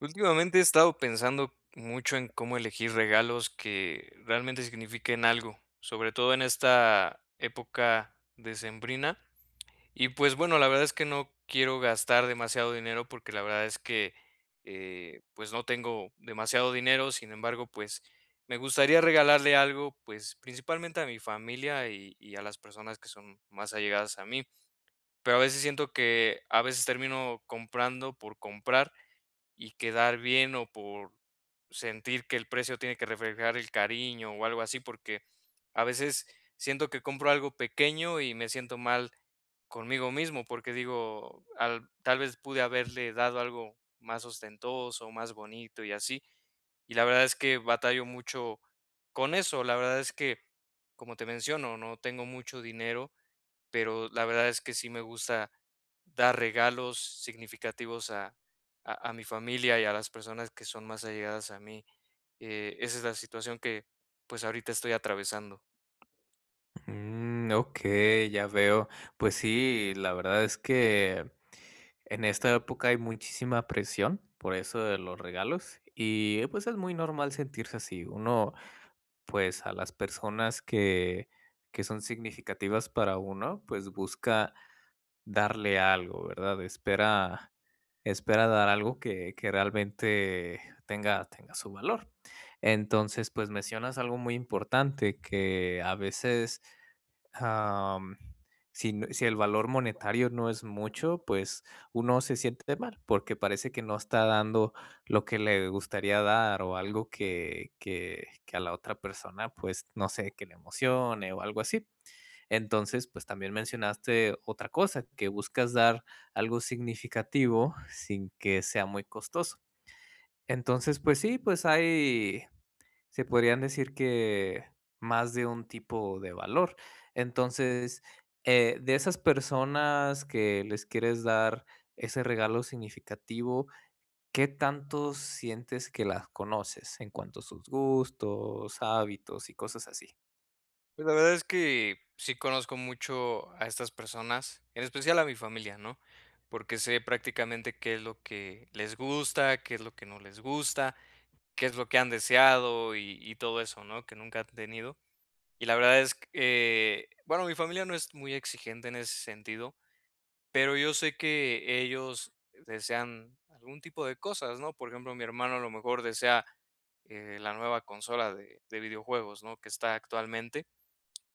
Últimamente he estado pensando mucho en cómo elegir regalos que realmente signifiquen algo, sobre todo en esta época decembrina. Y pues bueno, la verdad es que no quiero gastar demasiado dinero porque la verdad es que pues no tengo demasiado dinero, sin embargo, pues me gustaría regalarle algo, pues principalmente a mi familia y a las personas que son más allegadas a mí. Pero a veces siento que a veces termino comprando por comprar y quedar bien o por sentir que el precio tiene que reflejar el cariño o algo así, porque a veces siento que compro algo pequeño y me siento mal conmigo mismo, porque digo, tal vez pude haberle dado algo más ostentoso, más bonito y así. Y la verdad es que batallo mucho con eso. La verdad es que, como te menciono, no tengo mucho dinero, pero la verdad es que sí me gusta dar regalos significativos a, a mi familia y a las personas que son más allegadas a mí. Esa es la situación que pues ahorita estoy atravesando. Mm, okey, ya veo. Pues sí, la verdad es que en esta época hay muchísima presión por eso de los regalos y, pues, es muy normal sentirse así. Uno, pues, a las personas que son significativas para uno, pues, busca darle algo, ¿verdad? Espera dar algo que realmente tenga su valor. Entonces, pues, mencionas algo muy importante, que a veces am, si, si el valor monetario no es mucho, pues uno se siente mal porque parece que no está dando lo que le gustaría dar o algo que a la otra persona, pues no sé, que le emocione o algo así. Entonces, pues también mencionaste otra cosa, que buscas dar algo significativo sin que sea muy costoso. Entonces, pues sí, pues hay se podrían decir que más de un tipo de valor. Entonces, de esas personas que les quieres dar ese regalo significativo, ¿qué tanto sientes que las conoces en cuanto a sus gustos, hábitos y cosas así? Pues la verdad es que sí conozco mucho a estas personas, en especial a mi familia, ¿no? Porque sé prácticamente qué es lo que les gusta, qué es lo que no les gusta, qué es lo que han deseado y todo eso, ¿no? Que nunca han tenido. Y la verdad es que, bueno, mi familia no es muy exigente en ese sentido, pero yo sé que ellos desean algún tipo de cosas, ¿no? Por ejemplo, mi hermano a lo mejor desea la nueva consola de videojuegos, ¿no? Que está actualmente,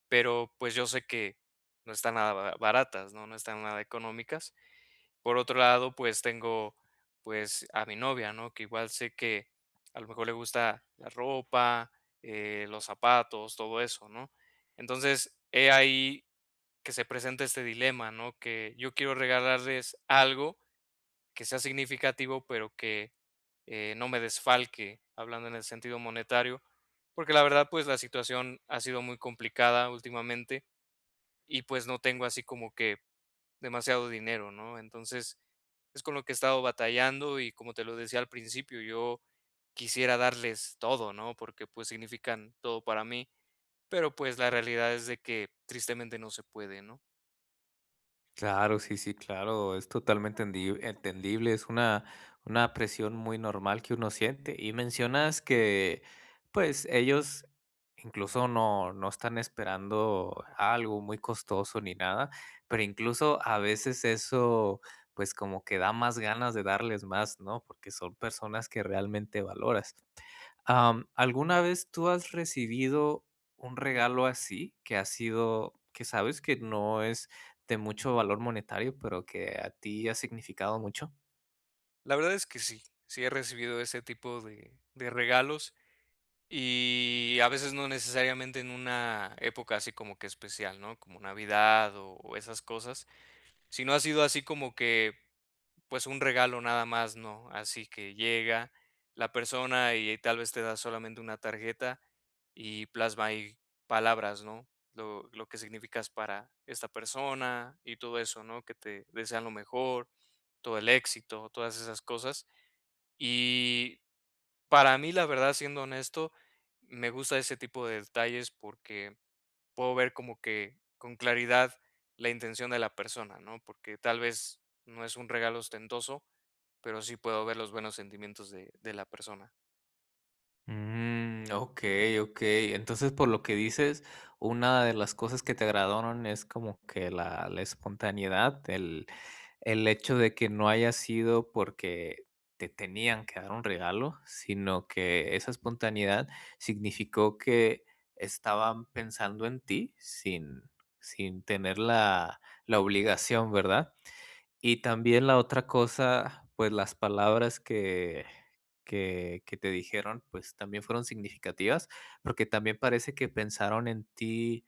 pero pues yo sé que no están nada baratas, ¿no? No están nada económicas. Por otro lado, pues tengo, pues, a mi novia, ¿no? Que igual sé que a lo mejor le gusta la ropa, los zapatos, todo eso, ¿no? Entonces, he ahí que se presenta este dilema, ¿no? Que yo quiero regalarles algo que sea significativo, pero que no me desfalque, hablando en el sentido monetario, porque la verdad, pues la situación ha sido muy complicada últimamente y pues no tengo así como que demasiado dinero, ¿no? Entonces, es con lo que he estado batallando y como te lo decía al principio, yo quisiera darles todo, ¿no? Porque pues significan todo para mí, pero pues la realidad es de que tristemente no se puede, ¿no? Claro, sí, sí, claro, entendible, una presión muy normal que uno siente. Y mencionas que, pues, ellos incluso no están esperando algo muy costoso ni nada, pero incluso a veces eso, pues, como que da más ganas de darles más, ¿no? Porque son personas que realmente valoras. Am, ¿alguna vez tú has recibido un regalo así, que ha sido que sabes que no es de mucho valor monetario, pero que a ti ha significado mucho? La verdad es que sí, sí he recibido ese tipo de regalos y a veces no necesariamente en una época así como que especial, ¿no? Como Navidad o esas cosas, sino ha sido así como que pues, un regalo nada más, ¿no? Así que llega la persona y tal vez te da solamente una tarjeta y plasma ahí palabras, ¿no? Lo que significas para esta persona y todo eso, ¿no? Que te desean lo mejor, todo el éxito, todas esas cosas. Y para mí, la verdad, siendo honesto, me gusta ese tipo de detalles porque puedo ver como que con claridad la intención de la persona, ¿no? Porque tal vez no es un regalo ostentoso, pero sí puedo ver los buenos sentimientos de la persona. Mm, okey, okey. Entonces, por lo que dices, una de las cosas que te agradaron es como que la espontaneidad, El hecho de que no haya sido porque te tenían que dar un regalo, sino que esa espontaneidad significó que estaban pensando en ti sin tener la obligación, ¿verdad? Y también la otra cosa, pues las palabras que te dijeron, pues también fueron significativas, porque también parece que pensaron en ti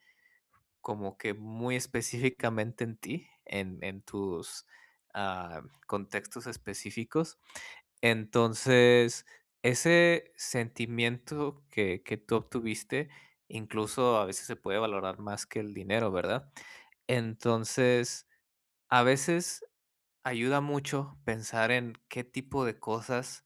como que muy específicamente en ti, en tus, ah, contextos específicos. Entonces, ese sentimiento que tú obtuviste, incluso a veces se puede valorar más que el dinero, ¿verdad? Entonces, a veces ayuda mucho pensar en qué tipo de cosas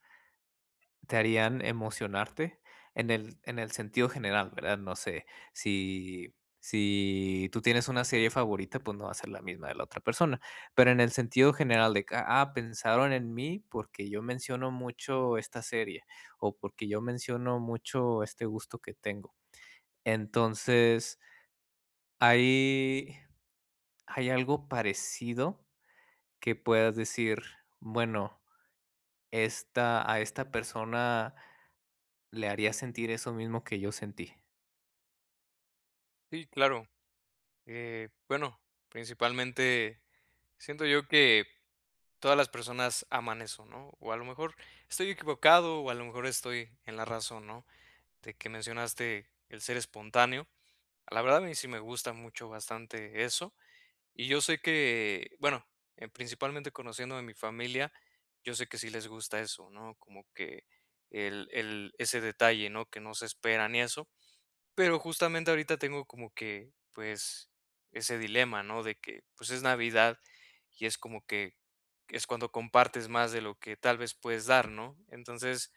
te harían emocionarte en el sentido general, ¿verdad? No sé, si si tú tienes una serie favorita, pues no va a ser la misma de la otra persona, pero en el sentido general de que, ah, pensaron en mí porque yo menciono mucho esta serie o porque yo menciono mucho este gusto que tengo. Entonces, hay hay algo parecido que puedas decir, bueno, esta persona le haría sentir eso mismo que yo sentí. Sí, claro. Bueno, principalmente siento yo que todas las personas aman eso, ¿no? O a lo mejor estoy equivocado, o a lo mejor estoy en la razón, ¿no? De que mencionaste el ser espontáneo. La verdad, a mí sí me gusta mucho bastante eso. Y yo sé que, bueno, principalmente conociendo a mi familia, yo sé que sí les gusta eso, ¿no? Como que el ese detalle, ¿no? Que no se esperan y eso. Pero justamente ahorita tengo como que, pues, ese dilema, ¿no? De que, pues, es Navidad y es como que es cuando compartes más de lo que tal vez puedes dar, ¿no? Entonces,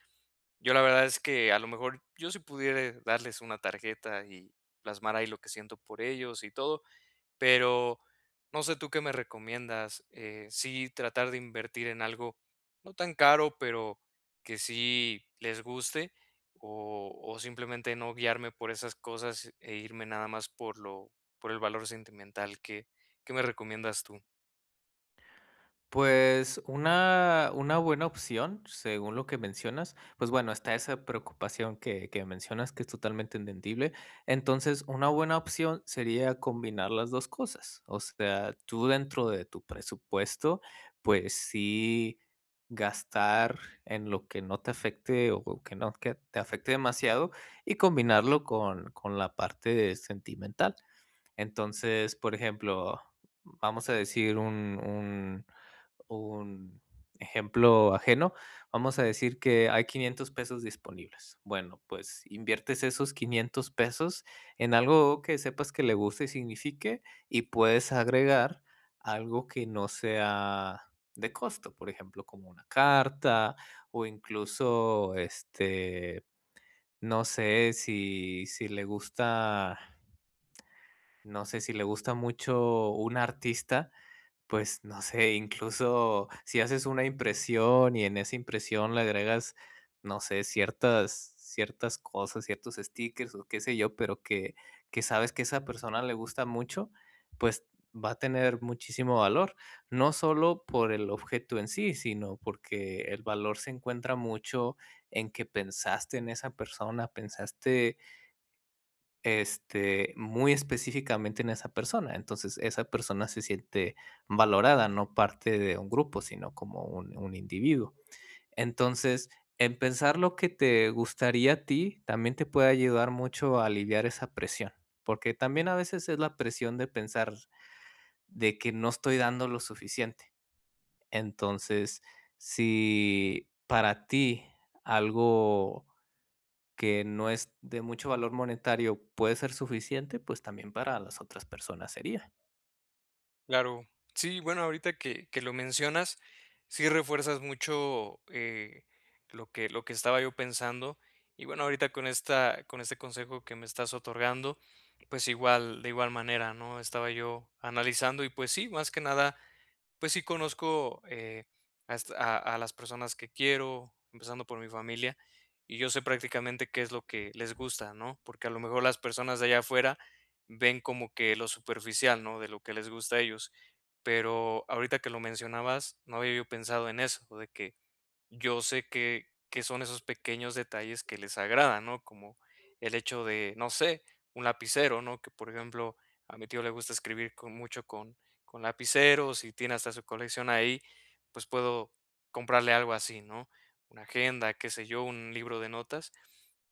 yo la verdad es que a lo mejor yo si pudiera darles una tarjeta y plasmar ahí lo que siento por ellos y todo, pero no sé tú qué me recomiendas, sí tratar de invertir en algo no tan caro, pero que sí les guste o simplemente no guiarme por esas cosas e irme nada más por lo, por el valor sentimental qué ¿qué me recomiendas tú? Pues una buena opción, según lo que mencionas, pues bueno, está esa preocupación que mencionas que es totalmente entendible. Entonces, una buena opción sería combinar las dos cosas. O sea, tú dentro de tu presupuesto, pues sí gastar en lo que no te afecte o que no que te afecte demasiado y combinarlo con la parte sentimental. Entonces, por ejemplo, vamos a decir un ejemplo ajeno, vamos a decir que hay 500 pesos disponibles. Bueno, pues inviertes esos 500 pesos en algo que sepas que le guste y signifique y puedes agregar algo que no sea de costo, por ejemplo, como una carta o incluso, este, no sé si le gusta, no sé si le gusta mucho un artista, pues no sé, incluso si haces una impresión y en esa impresión le agregas, no sé, ciertas cosas, ciertos stickers o qué sé yo, pero que sabes que esa persona le gusta mucho, pues va a tener muchísimo valor, no solo por el objeto en sí, sino porque el valor se encuentra mucho en que pensaste en esa persona, pensaste, este, muy específicamente en esa persona. Entonces, esa persona se siente valorada, no parte de un grupo, sino como un individuo. Entonces, en pensar lo que te gustaría a ti también te puede ayudar mucho a aliviar esa presión, porque también a veces es la presión de pensar de que no estoy dando lo suficiente. Entonces, si para ti algo que no es de mucho valor monetario, puede ser suficiente, pues también para las otras personas sería. Claro. Sí, bueno, ahorita que lo mencionas, sí refuerzas mucho lo que estaba yo pensando. Y bueno, ahorita con esta, con este consejo que me estás otorgando, pues igual, de igual manera, ¿no? Estaba yo analizando y pues sí, más que nada pues sí conozco, a las personas que quiero, empezando por mi familia, y yo sé prácticamente qué es lo que les gusta, ¿no? Porque a lo mejor las personas de allá afuera ven como que lo superficial, ¿no? De lo que les gusta a ellos. Pero ahorita que lo mencionabas, no había yo pensado en eso, de que yo sé que son esos pequeños detalles que les agradan, ¿no? Como el hecho de, no sé, un lapicero, ¿no? Que, por ejemplo, a mi tío le gusta escribir con mucho con lapiceros y tiene hasta su colección ahí, pues puedo comprarle algo así, ¿no? Una agenda, qué sé yo, un libro de notas.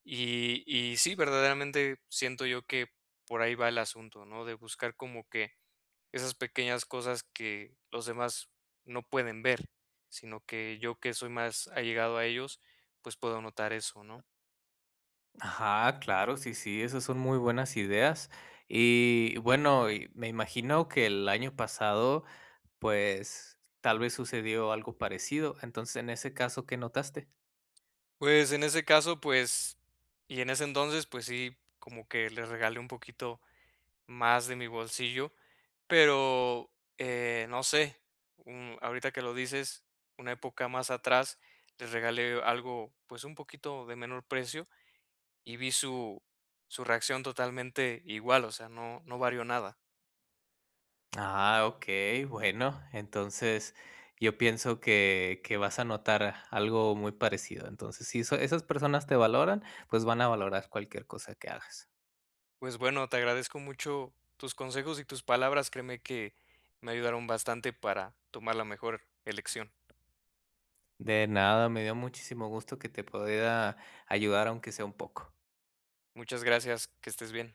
Y sí, verdaderamente siento yo que por ahí va el asunto, ¿no? De buscar como que esas pequeñas cosas que los demás no pueden ver, sino que yo que soy más allegado a ellos, pues puedo notar eso, ¿no? Ajá, claro, sí, sí, esas son muy buenas ideas. Y bueno, y me imagino que el año pasado, pues tal vez sucedió algo parecido. Entonces, en ese caso, ¿qué notaste? Pues en ese caso, pues, y en ese entonces, pues sí, como que les regalé un poquito más de mi bolsillo, pero, no sé, mm, ahorita que lo dices, una época más atrás les regalé algo, pues, un poquito de menor precio y vi su su reacción totalmente igual, o sea, no varió nada. Ah, ok, bueno, entonces yo pienso que vas a notar algo muy parecido. Entonces, si eso- esas personas te valoran, pues van a valorar cualquier cosa que hagas. Pues, bueno, te agradezco mucho tus consejos y tus palabras, créeme que me ayudaron bastante para tomar la mejor elección. De nada, me dio muchísimo gusto que te pueda ayudar, aunque sea un poco. Muchas gracias, que estés bien.